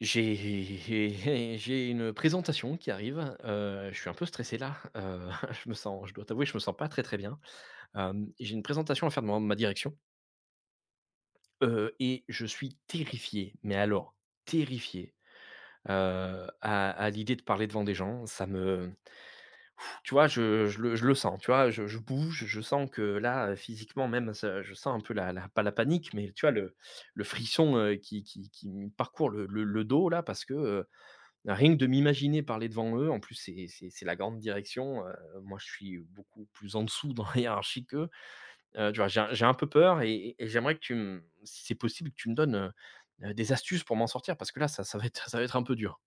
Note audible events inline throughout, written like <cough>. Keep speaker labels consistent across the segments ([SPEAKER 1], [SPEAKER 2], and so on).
[SPEAKER 1] J'ai <laughs> j'ai une présentation qui arrive. Je suis un peu stressé là. <laughs> Je dois t'avouer, je me sens pas très, très bien. J'ai une présentation à faire devant ma direction, et je suis terrifié, mais alors terrifié, à l'idée de parler devant des gens. Ça me Tu vois, je le sens, tu vois? Je bouge, je sens que là, physiquement même, ça je sens un peu la la pas la panique, mais tu vois le frisson, qui me parcourt le dos là, parce que... Rien que de m'imaginer parler devant eux, en plus c'est la grande direction. Moi, je suis beaucoup plus en dessous dans la hiérarchie qu'eux, tu vois? J'ai un peu peur, et j'aimerais que tu me si c'est possible, que tu me donnes, des astuces pour m'en sortir, parce que là ça va être <laughs> ça va être un peu dur.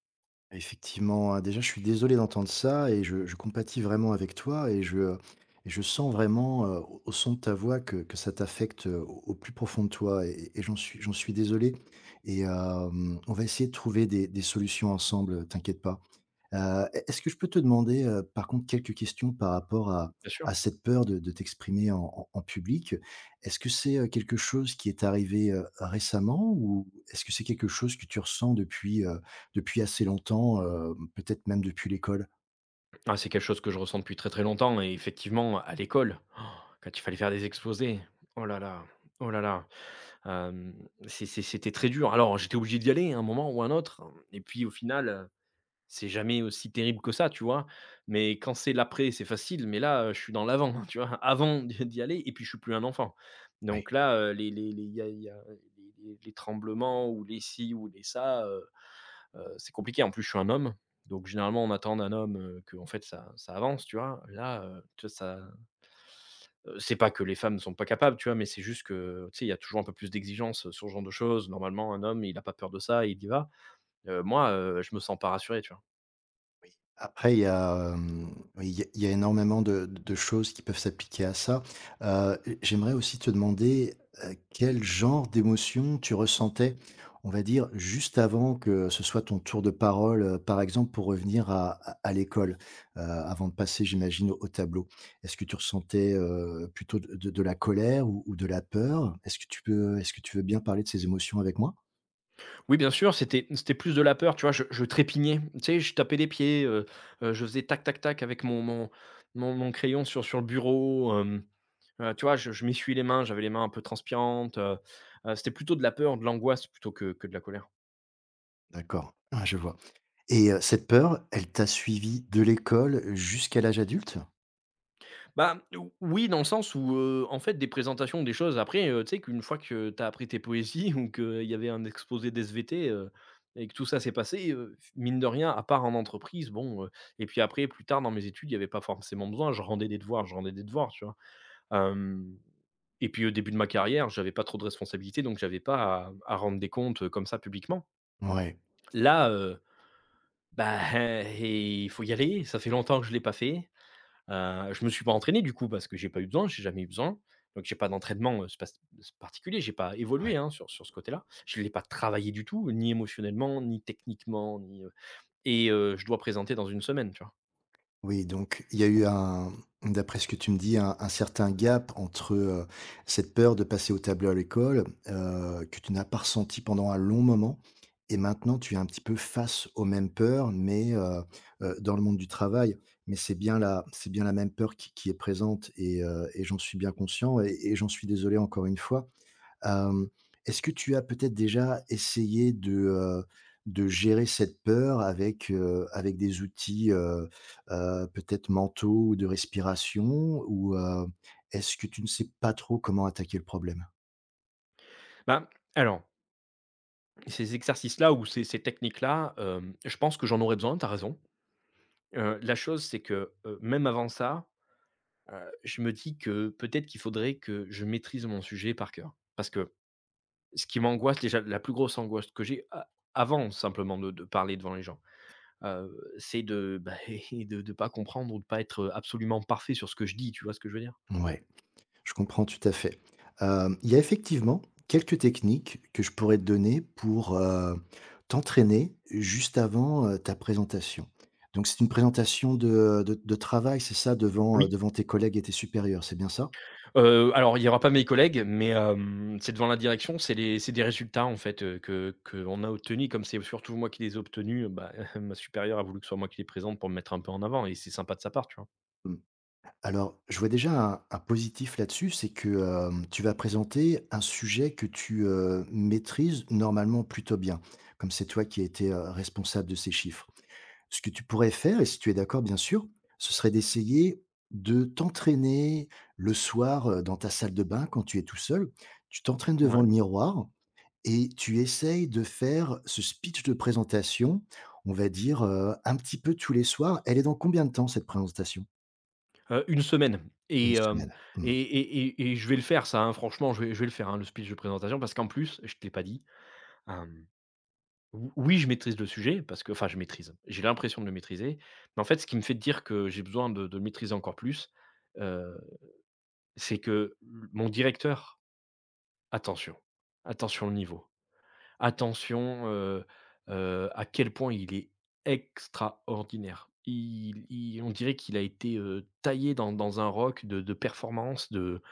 [SPEAKER 2] Effectivement, hein, déjà, je suis désolé d'entendre ça et je compatis vraiment avec toi et je sens vraiment, au son de ta voix que ça t'affecte, au plus profond de toi et j'en suis désolé on va essayer de trouver des solutions ensemble, t'inquiète pas. Est ce que je peux te demander, par contre, quelques questions par rapport à
[SPEAKER 1] Bien sûr.
[SPEAKER 2] à cette peur de t'exprimer en public? Est-ce que c'est, quelque chose qui est arrivé, récemment ou est-ce que c'est quelque chose que tu ressens depuis assez longtemps, peut-être même depuis l'école?
[SPEAKER 1] Ah, c'est quelque chose que je ressens depuis très, très longtemps, et effectivement à l'école, <gasps> quand il fallait faire des exposés, oh là là, oh là là, c'était très dur. Alors j'étais obligé d'y aller à un moment ou un autre, et puis au final, c'est jamais aussi terrible que ça, tu vois? Mais quand c'est l'après, c'est facile. Mais là, je suis dans l'avant, <laughs> tu vois? Avant d'y aller, et puis je suis plus un enfant. Donc là, les y a les tremblements ou les ci ou les ça, c'est compliqué. En plus, je suis un homme. Donc généralement, on attend d'un homme, que, en fait, ça avance, tu vois? Là, tu vois, ça c'est pas que les femmes ne sont pas capables, tu vois? Mais c'est juste que, tu sais, il y a toujours un peu plus d'exigence sur ce genre de choses. Normalement, un homme, il a pas peur de ça, il y va. Moi, je me sens pas rassuré, tu vois?
[SPEAKER 2] Après, il y a, hem, oui, il y a énormément de choses qui peuvent s'appliquer à ça. J'aimerais aussi te demander, quel genre d'émotion tu ressentais, on va dire, juste avant que ce soit ton tour de parole, par exemple, pour revenir à l'école, avant de passer, j'imagine, au tableau? Est-ce que tu ressentais, plutôt de la colère ou de la peur? Est-ce que tu veux bien parler de ces émotions avec moi?
[SPEAKER 1] Oui, bien sûr, c'était plus de la peur, tu vois? Je trépignais, tu sais? Je tapais des pieds. Je faisais tac, tac, tac avec mon crayon sur le bureau. Tu vois? Je m'essuyais les mains, j'avais les mains un peu transpirantes. C'était plutôt de la peur, de l'angoisse, plutôt que de la colère.
[SPEAKER 2] D'accord, ouais, je vois. Et cette peur, elle t'a suivi de l'école jusqu'à l'âge adulte?
[SPEAKER 1] Ou Oui, dans le sens où, en fait, des présentations, des choses après, tu sais qu'une fois que tu as appris tes poésies <laughs> ou qu'il y avait un exposé d'SVT, et que tout ça s'est passé, mine de rien, à part en entreprise, bon, et puis après, plus tard dans mes études, il y avait pas forcément besoin. Je rendais des devoirs, je rendais des devoirs, tu vois? Hem Et puis au début de ma carrière, j'avais pas trop de responsabilités, donc j'avais pas à rendre des comptes, comme ça publiquement.
[SPEAKER 2] Ouais.
[SPEAKER 1] Là, bah, <laughs> il faut y aller. Ça fait longtemps que je l'ai pas fait. Je me suis pas entraîné du coup, parce que j'ai pas eu besoin, j'ai jamais eu besoin. Donc j'ai pas d'entraînement, spas particulier, j'ai pas
[SPEAKER 2] Ouais,
[SPEAKER 1] évolué, hein, sur ce côté-là. Je l'ai pas travaillé du tout, ni émotionnellement, ni techniquement, ni, et je dois présenter dans une semaine, tu vois?
[SPEAKER 2] oui, donc il y a eu un d'après ce que tu me dis, un certain gap entre, cette peur de passer au tableau à l'école, que tu n'as pas ressenti pendant un long moment et maintenant tu es un petit peu face aux mêmes peurs dans le monde du travail. Mais c'est bien la même peur qui est présente et j'en suis bien conscient et j'en suis désolé encore une fois. Hem, est-ce que tu as peut-être déjà essayé de gérer cette peur avec, avec des outils, peut-être mentaux ou de respiration? Ou, est-ce que tu ne sais pas trop comment attaquer le problème?
[SPEAKER 1] Ben, alors, ces exercices-là ou ces techniques-là, je pense que j'en aurais besoin, tu as raison. La chose, c'est que, même avant ça, je me dis que peut-être qu'il faudrait que je maîtrise mon sujet par cœur. Parce que ce qui m'angoisse déjà, la plus grosse angoisse que j'ai a avant simplement de parler devant les gens, heu, c'est de, bah, <laughs> de pas comprendre ou de pas être absolument parfait sur ce que je dis, tu vois ce que je veux dire?
[SPEAKER 2] Ouais, je comprends tout à fait. Hem, il y a effectivement quelques techniques que je pourrais te donner pour, t'entraîner juste avant, ta présentation. Donc c'est une présentation de travail, c'est ça? Devant,
[SPEAKER 1] Oui.
[SPEAKER 2] devant tes collègues et tes supérieurs, c'est bien ça?
[SPEAKER 1] Alors il y aura pas mes collègues, mais c'est devant la direction, c'est des résultats en fait, que qu'on a obtenus. Comme c'est surtout moi qui les ai obtenus, bah, <laughs> ma supérieure a voulu que ce soit moi qui les présente, pour me mettre un peu en avant, et c'est sympa de sa part, tu vois?
[SPEAKER 2] Mmh. Alors, je vois déjà un positif là-dessus, c'est que, hem, tu vas présenter un sujet que tu, maîtrises normalement plutôt bien, comme c'est toi qui as été, responsable de ces chiffres. Ce que tu pourrais faire et si tu es d'accord bien sûr, ce serait d'essayer de t'entraîner le soir, dans ta salle de bain quand tu es tout seul. Tu t'entraînes devant
[SPEAKER 1] Ouais.
[SPEAKER 2] le miroir et tu essayes de faire ce speech de présentation, on va dire, un petit peu tous les soirs. Elle est dans combien de temps cette présentation?
[SPEAKER 1] 1 semaine. et
[SPEAKER 2] Une
[SPEAKER 1] hem
[SPEAKER 2] semaine. Mmh.
[SPEAKER 1] et et et et je vais le faire ça, hein. Franchement, je vais le faire, hein, le speech de présentation, parce qu'en plus, je ne te l'ai pas dit. hem, ou Oui, je maîtrise le sujet, parce que, enfin, je maîtrise. J'ai l'impression de le maîtriser, mais en fait, ce qui me fait dire que j'ai besoin de le maîtriser encore plus, heu, c'est que mon directeur... attention, attention le niveau. Attention, à quel point il est extraordinaire. Il On dirait qu'il a été, taillé dans un roc de performance, de...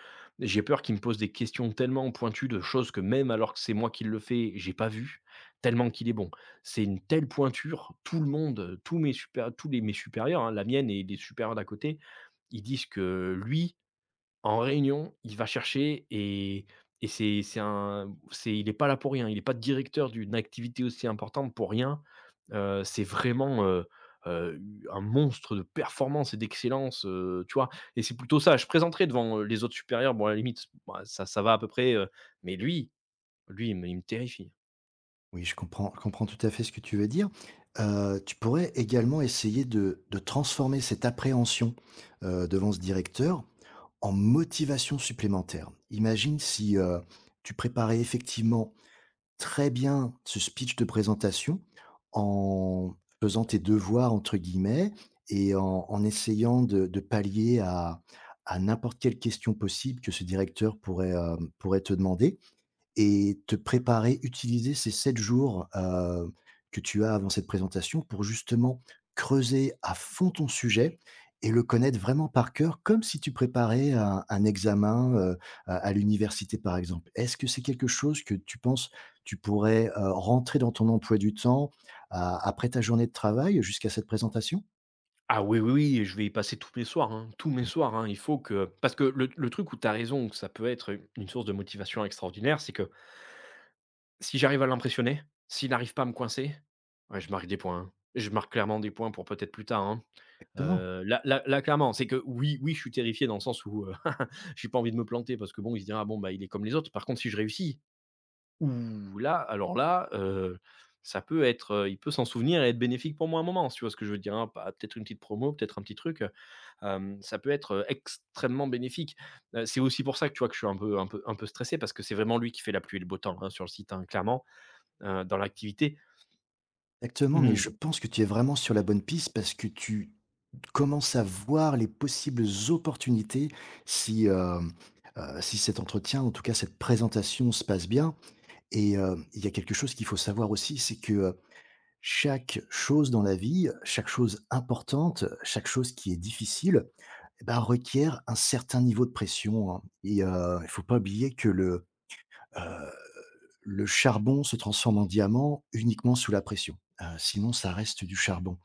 [SPEAKER 1] J'ai peur qu'il me pose des questions tellement pointues, de choses que même alors que c'est moi qui le fais, j'ai pas vu, tellement qu'il est bon. C'est une telle pointure. Tout le monde, tous les mes supérieurs, hein, la mienne et les supérieurs d'à côté, ils disent que lui, en réunion, il va chercher, et c'est un c'est il est pas là pour rien. Il est pas directeur d'une activité aussi importante pour rien. C'est vraiment, heu, un monstre de performance et d'excellence, tu vois? Et c'est plutôt ça. Je présenterai devant, les autres supérieurs. Bon, à la limite, bah, ça va à peu près, mais lui, il me terrifie.
[SPEAKER 2] Oui, je comprends tout à fait ce que tu veux dire. Tu pourrais également essayer de transformer cette appréhension, devant ce directeur en motivation supplémentaire. Imagine si, tu préparais effectivement très bien ce speech de présentation en faisant tes «devoirs» entre guillemets et en essayant de pallier à n'importe quelle question possible que ce directeur pourrait, pourrait te demander et te préparer, utiliser ces 7 jours, que tu as avant cette présentation pour justement creuser à fond ton sujet et le connaître vraiment par cœur, comme si tu préparais un examen, à l'université, par exemple. Est-ce que c'est quelque chose que tu penses, tu pourrais, rentrer dans ton emploi du temps a après ta journée de travail jusqu'à cette présentation?
[SPEAKER 1] Ah oui, oui, oui, et je vais y passer tous mes soirs, hein, tous mes soirs, hein. Il faut que... parce que le truc où tu as raison, où ça peut être une source de motivation extraordinaire, c'est que... si j'arrive à l'impressionner, s'il n'arrive pas à me coincer, ouais, je marque des points, hein. Je marque clairement des points pour peut-être plus tard, hein.
[SPEAKER 2] Exactement,
[SPEAKER 1] Là, clairement, c'est que oui, oui, je suis terrifié dans le sens où, <laughs> j'ai pas envie de me planter, parce que, bon, il se dira: «Ah bon, bah, il est comme les autres». Par contre, si je réussis, ouh là, alors là, il peut s'en souvenir et être bénéfique pour moi un moment, si tu vois ce que je veux dire, hein? Pas... peut-être une petite promo, peut-être un petit truc, ça peut être, extrêmement bénéfique. C'est aussi pour ça que, tu vois, que je suis un peu stressé, parce que c'est vraiment lui qui fait la pluie et le beau temps, hein, sur le site, hein, clairement, dans l'activité.
[SPEAKER 2] exactement, mais je
[SPEAKER 1] Mmh.
[SPEAKER 2] pense que tu es vraiment sur la bonne piste parce que tu commence à voir les possibles opportunités si, si cet entretien, en tout cas cette présentation se passe bien et il y a quelque chose qu'il faut savoir aussi, c'est que, chaque chose dans la vie, chaque chose importante, chaque chose qui est difficile et bah, requiert un certain niveau de pression, hein et il ne faut pas oublier que heu, le charbon se transforme en diamant uniquement sous la pression, sinon ça reste du charbon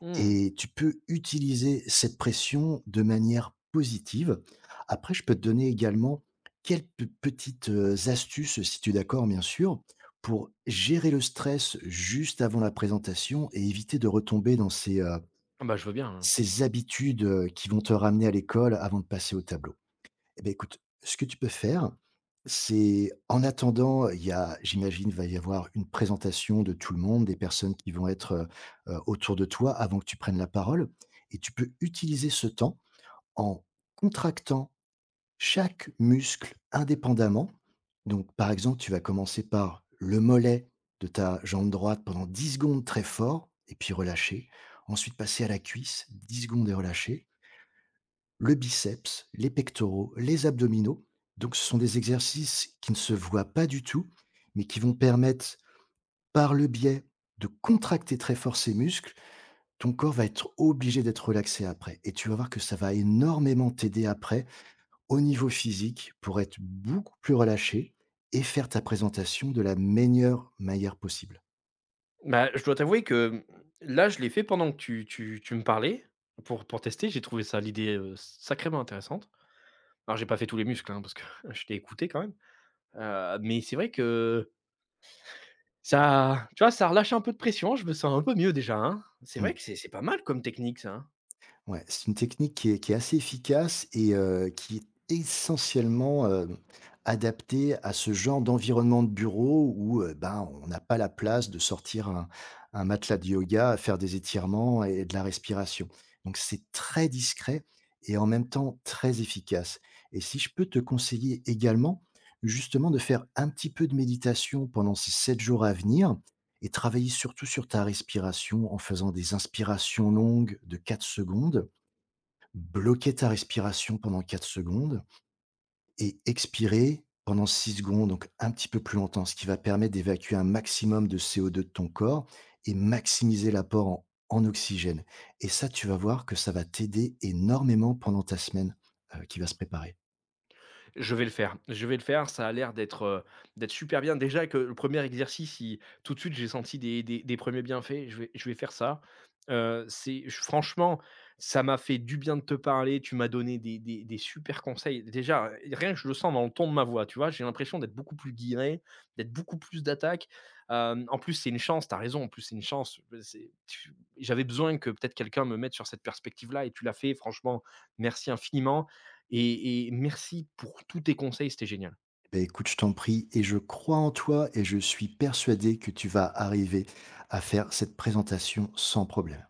[SPEAKER 1] Mmh.
[SPEAKER 2] et tu peux utiliser cette pression de manière positive. Après, je peux te donner également quelques petites, astuces, si tu es d'accord bien sûr, pour gérer le stress juste avant la présentation et éviter de retomber dans ces,
[SPEAKER 1] Ah bah, je veux bien, hein.
[SPEAKER 2] ces habitudes, qui vont te ramener à l'école avant de passer au tableau. Eh beh, écoute, ce que tu peux faire, c'est en attendant, il y a j'imagine, va y avoir une présentation de tout le monde, des personnes qui vont être, autour de toi avant que tu prennes la parole et tu peux utiliser ce temps en contractant chaque muscle indépendamment. Donc, par exemple, tu vas commencer par le mollet de ta jambe droite pendant 10 secondes très fort et puis relâcher. Ensuite passer à la cuisse, 10 secondes et relâcher. Le biceps, les pectoraux, les abdominaux. Donc ce sont des exercices qui ne se voient pas du tout, mais qui vont permettre, par le biais de contracter très fort ces muscles, ton corps va être obligé d'être relaxé après et tu vas voir que ça va énormément t'aider après au niveau physique pour être beaucoup plus relâché et faire ta présentation de la meilleure manière possible.
[SPEAKER 1] Bah, je dois t'avouer que, là, je l'ai fait pendant que tu me parlais, pour tester. J'ai trouvé ça... l'idée, sacrément intéressante. Alors j'ai pas fait tous les muscles, hein, parce que <laughs> je t'ai écouté quand même, mais c'est vrai que ça tu vois, ça relâche un peu de pression. Je me sens un peu mieux déjà, hein. C'est
[SPEAKER 2] Mmh.
[SPEAKER 1] vrai que c'est pas mal comme technique ça, hein.
[SPEAKER 2] Ouais, c'est une technique qui est assez efficace et qui est essentiellement, hem, adaptée à ce genre d'environnement de bureau où, ben, on n'a pas la place de sortir un matelas de yoga, faire des étirements et de la respiration. Donc c'est très discret et en même temps très efficace et si je peux te conseiller également, justement, de faire un petit peu de méditation pendant ces 7 jours à venir et travailler surtout sur ta respiration en faisant des inspirations longues de 4 secondes. Bloquer ta respiration pendant 4 secondes et expirer pendant 6 secondes, donc un petit peu plus longtemps, ce qui va permettre d'évacuer un maximum de CO2 de ton corps et maximiser l'apport en oxygène et ça, tu vas voir que ça va t'aider énormément pendant ta semaine, qui va se préparer.
[SPEAKER 1] Je vais le faire. Je vais le faire. Ça a l'air d'être super bien. Déjà que le premier exercice, il... tout de suite, j'ai senti des 1 bienfaits. Je vais faire ça. C'est j franchement, ça m'a fait du bien de te parler. Tu m'as donné des super conseils. Déjà, rien que je le sens dans le ton de ma voix, tu vois? J'ai l'impression d'être beaucoup plus guiré, d'être beaucoup plus d'attaque. En plus, c'est une chance. T'as raison. En plus, c'est une chance. C'est tu J'avais besoin que peut-être quelqu'un me mette sur cette perspective-là, et tu l'as fait. Franchement, merci infiniment, et merci pour tous tes conseils, c'était génial.
[SPEAKER 2] Eh Ben écoute, je t'en prie et je crois en toi et je suis persuadé que tu vas arriver à faire cette présentation sans problème.